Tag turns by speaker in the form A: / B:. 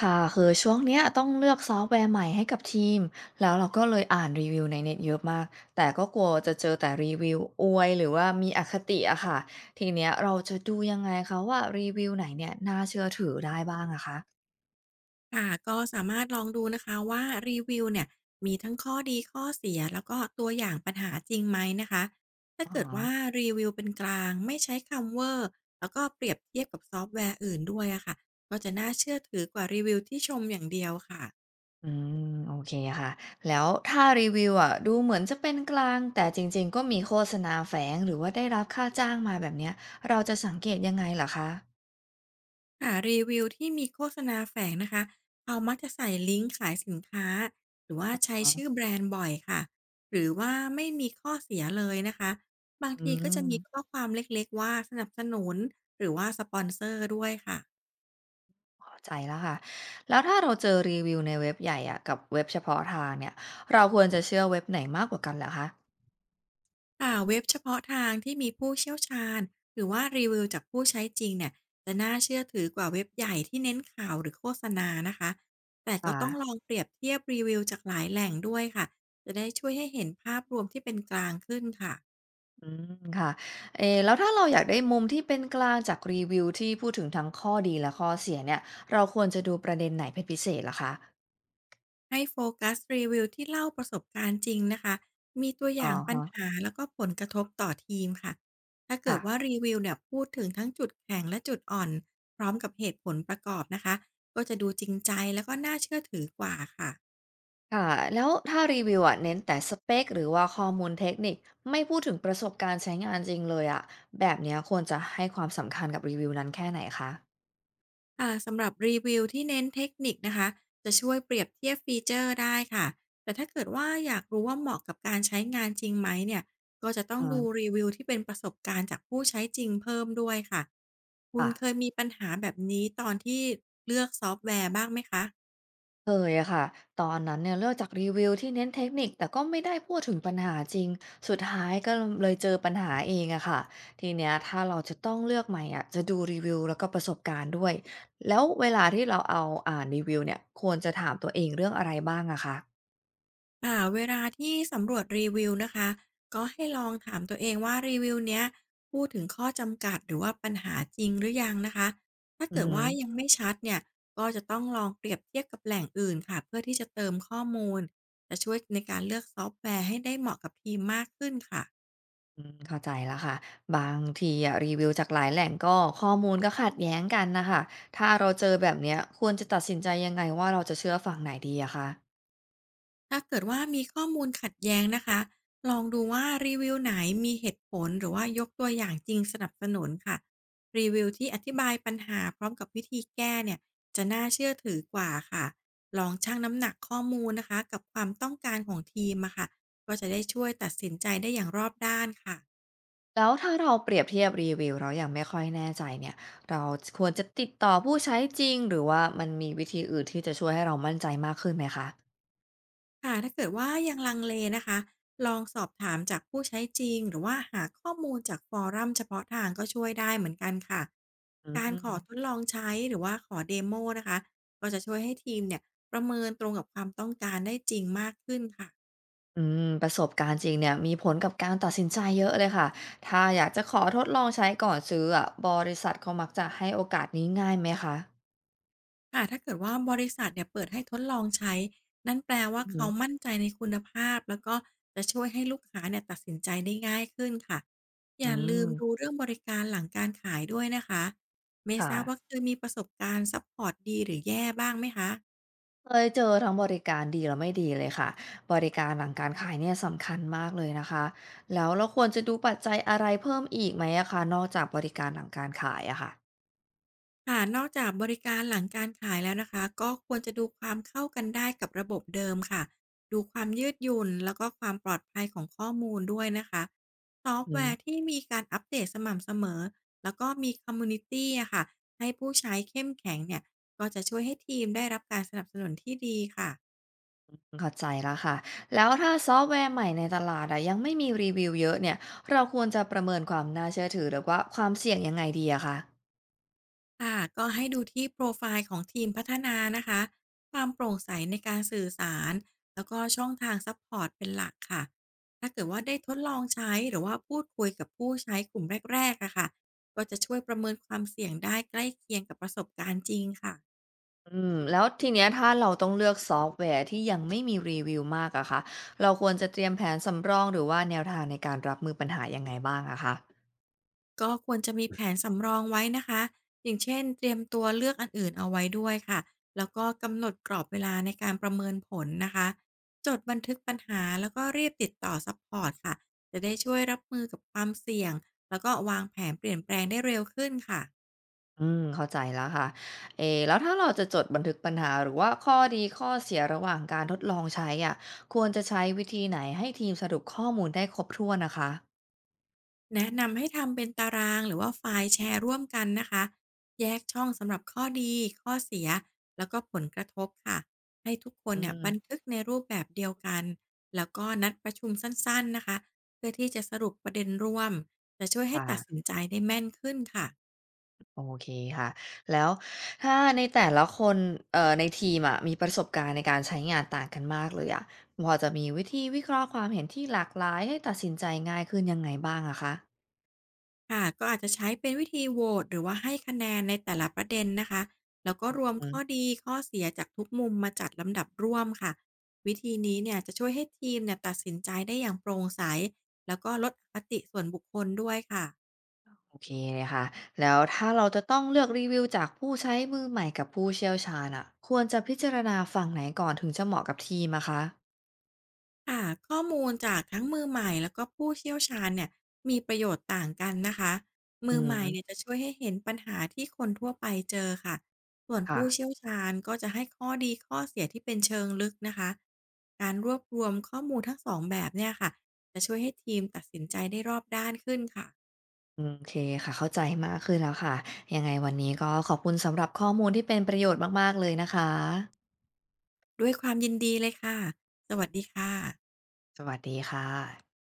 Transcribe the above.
A: ค่ะคือช่วงเนี้ยต้องเลือกซอฟต์แวร์ใหม่ให้กับทีมแล้วเราก็เลยอ่านรีวิวในเน็ตเยอะมากแต่ก็กลัวจะเจอแต่รีวิวอวยหรือว่ามีอคติอะค่ะทีเนี้ยเราจะดูยังไงคะว่ารีวิวไหนเนี่ยน่าเชื่อถือได้บ้างอะคะ
B: ค่ะก็สามารถลองดูนะคะว่ารีวิวเนี่ยมีทั้งข้อดีข้อเสียแล้วก็ตัวอย่างปัญหาจริงไหมนะคะถ้า
A: อ๋อ
B: เกิดว่ารีวิวเป็นกลางไม่ใช้คำเวอร์แล้วก็เปรียบเทียบกับซอฟต์แวร์อื่นด้วยอะค่ะก็จะน่าเชื่อถือกว่ารีวิวที่ชมอย่างเดียวค่ะ
A: อืมโอเคค่ะแล้วถ้ารีวิวอะดูเหมือนจะเป็นกลางแต่จริงๆก็มีโฆษณาแฝงหรือว่าได้รับค่าจ้างมาแบบเนี้ยเราจะสังเกตยังไงเหรอคะ
B: ค่ะรีวิวที่มีโฆษณาแฝงนะคะเขามักจะใส่ลิงก์ขายสินค้าหรือว่าใช้
A: อ๋
B: ชื่อ
A: อ
B: แบรนด์บ่อยค่ะหรือว่าไม่มีข้อเสียเลยนะคะบาง
A: อื
B: ทีก็จะมีข้
A: ม
B: อความเล็กๆว่าสนับสนุนหรือว่าสปอนเซอร์ด้วยค่ะ
A: เข้าใจแล้วค่ะแล้วถ้าเราเจอรีวิวในเว็บใหญ่อะกับเว็บเฉพาะทางเนี่ยเราควรจะเชื่อเว็บไหนมากกว่ากันเหรอคะ
B: ค่ะเว็บเฉพาะทางที่มีผู้เชี่ยวชาญหรือว่ารีวิวจากผู้ใช้จริงเนี่ยจะน่าเชื่อถือกว่าเว็บใหญ่ที่เน้นข่าวหรือโฆษณานะคะแต่ก็
A: ค่ะ
B: ต้องลองเปรียบเทียบรีวิวจากหลายแหล่งด้วยค่ะจะได้ช่วยให้เห็นภาพรวมที่เป็นกลางขึ้นค่ะ
A: อืมค่ะเออแล้วถ้าเราอยากได้มุมที่เป็นกลางจากรีวิวที่พูดถึงทั้งข้อดีและข้อเสียเนี่ยเราควรจะดูประเด็นไหนเป็นพิเศษเหรอคะ
B: ให้โฟกัสรีวิวที่เล่าประสบการณ์จริงนะคะ มีตัวอย่า
A: อะ
B: งปัญ
A: ฮะ
B: หาแล้วก็ผลกระทบต่อทีมค่ะ ถ้าเกิดว่า
A: ค่ะ
B: รีวิวเนี่ยพูดถึงทั้งจุดแข็งและจุดอ่อนพร้อมกับเหตุผลประกอบนะคะ ก็จะดูจริงใจแล้วก็น่าเชื่อถือกว่าค่ะ
A: ค่ะแล้วถ้ารีวิวอะเน้นแต่สเปคหรือว่าข้อมูลเทคนิคไม่พูดถึงประสบการณ์ใช้งานจริงเลยอะแบบเนี้ยควรจะให้ความสำคัญกับรีวิวนั้นแค่ไหนคะ
B: ค่ะสำหรับรีวิวที่เน้นเทคนิคนะคะจะช่วยเปรียบเทียบฟีเจอร์ได้ค่ะแต่ถ้าเกิดว่าอยากรู้ว่าเหมาะกับการใช้งานจริงไหมเนี่ยก็จะต้องดู
A: อ่า
B: รีวิวที่เป็นประสบการณ์จากผู้ใช้จริงเพิ่มด้วยค่ะคุณเค
A: ค่ะ
B: ยมีปัญหาแบบนี้ตอนที่เลือกซอฟต์แวร์บ้างไหมคะ
A: เคยอะค่ะตอนนั้นเนี่ยเลือกจากรีวิวที่เน้นเทคนิคแต่ก็ไม่ได้พูดถึงปัญหาจริงสุดท้ายก็เลยเจอปัญหาเองอะค่ะทีเนี้ยถ้าเราจะต้องเลือกใหม่อะจะดูรีวิวแล้วก็ประสบการณ์ด้วยแล้วเวลาที่เราเอาอ่านรีวิวเนี่ยควรจะถามตัวเองเรื่องอะไรบ้างอะคะ
B: ค่ะเวลาที่สำรวจรีวิวนะคะก็ให้ลองถามตัวเองว่ารีวิวเนี้ยพูดถึงข้อจำกัดหรือว่าปัญหาจริงหรือยังนะคะถ้า
A: อือ
B: เกิด
A: ฮึ
B: ว่ายัง
A: อ
B: ไม่ชัดเนี่ยก็จะต้องลองเปรียบเทียบกับแหล่งอื่นค่ะเพื่อที่จะเติมข้อมูลจะช่วยในการเลือกซอฟต์แวร์ให้ได้เหมาะกับทีมมากขึ้นค่ะ
A: อืมเข้าใจแล้วค่ะบางทีอะรีวิวจากหลายแหล่งก็ข้อมูลก็ขัดแย้งกันนะคะถ้าเราเจอแบบเนี้ยควรจะตัดสินใจยังไงว่าเราจะเชื่อฝั่งไหนดีอะคะ
B: ถ้าเกิดว่ามีข้อมูลขัดแย้งนะคะ ลองดูว่ารีวิวไหนมีเหตุผลหรือว่ายกตัวอย่างจริงสนับสนุนค่ะรีวิวที่อธิบายปัญหาพร้อมกับวิธีแก้เนี่ยจะน่าเชื่อถือกว่าค่ะ ลองชั่งน้ำหนักข้อมูลนะคะกับความต้องการของทีมอะค่ะ ก็จะได้ช่วยตัดสินใจได้อย่างรอบด้านค่ะ
A: แล้วถ้าเราเปรียบเทียบรีวิวเราอยังไม่ค่อยแน่ใจเนี่ยเราควรจะติดต่อผู้ใช้จริงหรือว่ามันมีวิธีอื่นที่จะช่วยให้เรามั่นใจมากขึ้นไหมคะ
B: ค่ะถ้าเกิดว่ายังลังเลนะคะลองสอบถามจากผู้ใช้จริงหรือว่าหาข้อมูลจากฟอรัมเฉพาะทางก็ช่วยได้เหมือนกันค่ะ
A: อื
B: การขอทด
A: ม
B: ลองใช้หรือว่าขอเดโมนะคะก็จะช่วยให้ทีมเนี่ยประเมินตรงกับความต้องการได้จริงมากขึ้นค่ะ
A: อืมประสบการณ์จริงเนี่ยมีผลกับการตัดสินใจเยอะเลยค่ะถ้าอยากจะขอทดลองใช้ก่อนซื้ออะบริษัทเขามักจะให้โอกาสนี้ง่ายไหมคะ
B: ค่ะถ้าเกิดว่าบริษัทเนี่ยเปิดให้ทดลองใช้นั่นแปลว่า
A: อื
B: เขา
A: ม
B: มั่นใจในคุณภาพแล้วก็จะช่วยให้ลูกค้าเนี่ยตัดสินใจได้ง่ายขึ้นค่ะ อ
A: อื
B: ย่าลืมดู
A: ม
B: เรื่องบริการหลังการขายด้วยนะคะไม่ทราบว่า
A: ค่ะ
B: เคยมีประสบการณ์ซัพพอร์ตดีหรือแย่บ้างไหมคะ
A: เคยเจอทั้งบริการดีและไม่ดีเลยค่ะบริการหลังการขายเนี่ยสำคัญมากเลยนะคะแล้วเราควรจะดูปัจจัยอะไรเพิ่มอีกไหมอะคะนอกจากบริการหลังการขายอะค่ะ
B: ค่ะนอกจากบริการหลังการขายแล้วนะคะก็ควรจะดูความเข้ากันได้กับระบบเดิมค่ะดูความยืดหยุ่นแล้วก็ความปลอดภัยของข้อมูลด้วยนะคะซอฟ
A: อื
B: ต์แว
A: ม
B: ร์ที่มีการอัปเดตสม่ำเสมอแล้วก็มีคอมมูนิตี้อะค่ะให้ผู้ใช้เข้มแข็งเนี่ยก็จะช่วยให้ทีมได้รับการสนับสนุนที่ดีค่ะ
A: เข้าใจแล้วค่ะแล้วถ้าซอฟต์แวร์ใหม่ในตลาดอะยังไม่มีรีวิวเยอะเนี่ยเราควรจะประเมินความน่าเชื่อถือหรือว่าความเสี่ยงยังไงดีอะคะ
B: ค่ะก็ให้ดูที่โปรไฟล์ของทีมพัฒนานะคะความโปร่งใสในการสื่อสารแล้วก็ช่องทางซัพพอร์ตเป็นหลักค่ะถ้าเกิดว่าได้ทดลองใช้หรือว่าพูดคุยกับผู้ใช้กลุ่มแรกๆอะค่ะก็จะช่วยประเมินความเสี่ยงได้ใกล้เคียงกับประสบการณ์จริงค่ะ
A: อืมแล้วทีเนี้ยถ้าเราต้องเลือกซอฟต์แวร์ที่ยังไม่มีรีวิวมากอะคะเราควรจะเตรียมแผนสำรองหรือว่าแนวทางในการรับมือปัญหายังไงบ้างอะคะ
B: ก็ควรจะมีแผนสำรองไว้นะคะอย่างเช่นเตรียมตัวเลือกอันอื่นเอาไว้ด้วยค่ะ แล้วก็กำหนดกรอบเวลาในการประเมินผลนะคะ จดบันทึกปัญหาแล้วก็รีบติดต่อซัพพอร์ตค่ะ จะได้ช่วยรับมือกับความเสี่ยงแล้วก็วางแผนเปลี่ยนแปลงได้เร็วขึ้นค่ะ
A: อืมเข้าใจแล้วค่ะเอแล้วถ้าเราจะจดบันทึกปัญหาหรือว่าข้อดีข้อเสียระหว่างการทดลองใช้อะควรจะใช้วิธีไหนให้ทีมสรุปข้อมูลได้ครบถ้วนนะคะ
B: แนะนำให้ทำเป็นตารางหรือว่าไฟล์แชร์ร่วมกันนะคะแยกช่องสำหรับข้อดีข้อเสียแล้วก็ผลกระทบค่ะให้ทุกคน
A: อื
B: เนี่ยบั
A: ม
B: นทึกในรูปแบบเดียวกันแล้วก็นัดประชุมสั้นๆนะคะเพื่อที่จะสรุปประเด็นร่วมจะช่วยให้ตัด
A: ค่ะ
B: สินใจได้แม่นขึ้นค่ะ
A: โอเคค่ะแล้วถ้าในแต่ละคนในทีมอะมีประสบการณ์ในการใช้งานต่างกันมากเลยอะพอจะมีวิธีวิเคราะห์ความเห็นที่หลากหลายให้ตัดสินใจง่ายขึ้นยังไงบ้างอะคะ
B: ค่ะก็อาจจะใช้เป็นวิธีโหวตหรือว่าให้คะแนนในแต่ละประเด็นนะคะแล้วก็รวมข้อดีข้อเสียจากทุกมุมมาจัดลำดับร่วมค่ะวิธีนี้เนี่ยจะช่วยให้ทีมเนี่ยตัดสินใจได้อย่างโปร่งใสแล้วก็ลดอคติส่วนบุคคลด้วยค่ะ
A: โอเคเลยค่ะ แล้วถ้าเราจะต้องเลือกรีวิวจากผู้ใช้มือใหม่กับผู้เชี่ยวชาญอะควรจะพิจารณาฝั่งไหนก่อนถึงจะเหมาะกับทีมอะคะ
B: ค่ะข้อมูลจากทั้งมือใหม่แล้วก็ผู้เชี่ยวชาญเนี่ยมีประโยชน์ต่างกันนะคะ
A: อื
B: มือใหม่เนี่ย
A: ม
B: จะช่วยให้เห็นปัญหาที่คนทั่วไปเจอค่ะส่วน
A: ค่ะ
B: ผู้เชี่ยวชาญก็จะให้ข้อดีข้อเสียที่เป็นเชิงลึกนะคะการรวบรวมข้อมูลทั้งสองแบบเนี่ยค่ะจะช่วยให้ทีมตัดสินใจได้รอบด้านขึ้นค่ะ
A: อืมโอเคค่ะ เข้าใจมากขึ้นแล้วค่ะ ยังไงวันนี้ก็ขอบคุณสำหรับข้อมูลที่เป็นประโยชน์มากๆเลยนะคะ
B: ด้วยความยินดีเลยค่ะสวัสดีค่ะ
A: สวัสดีค่ะ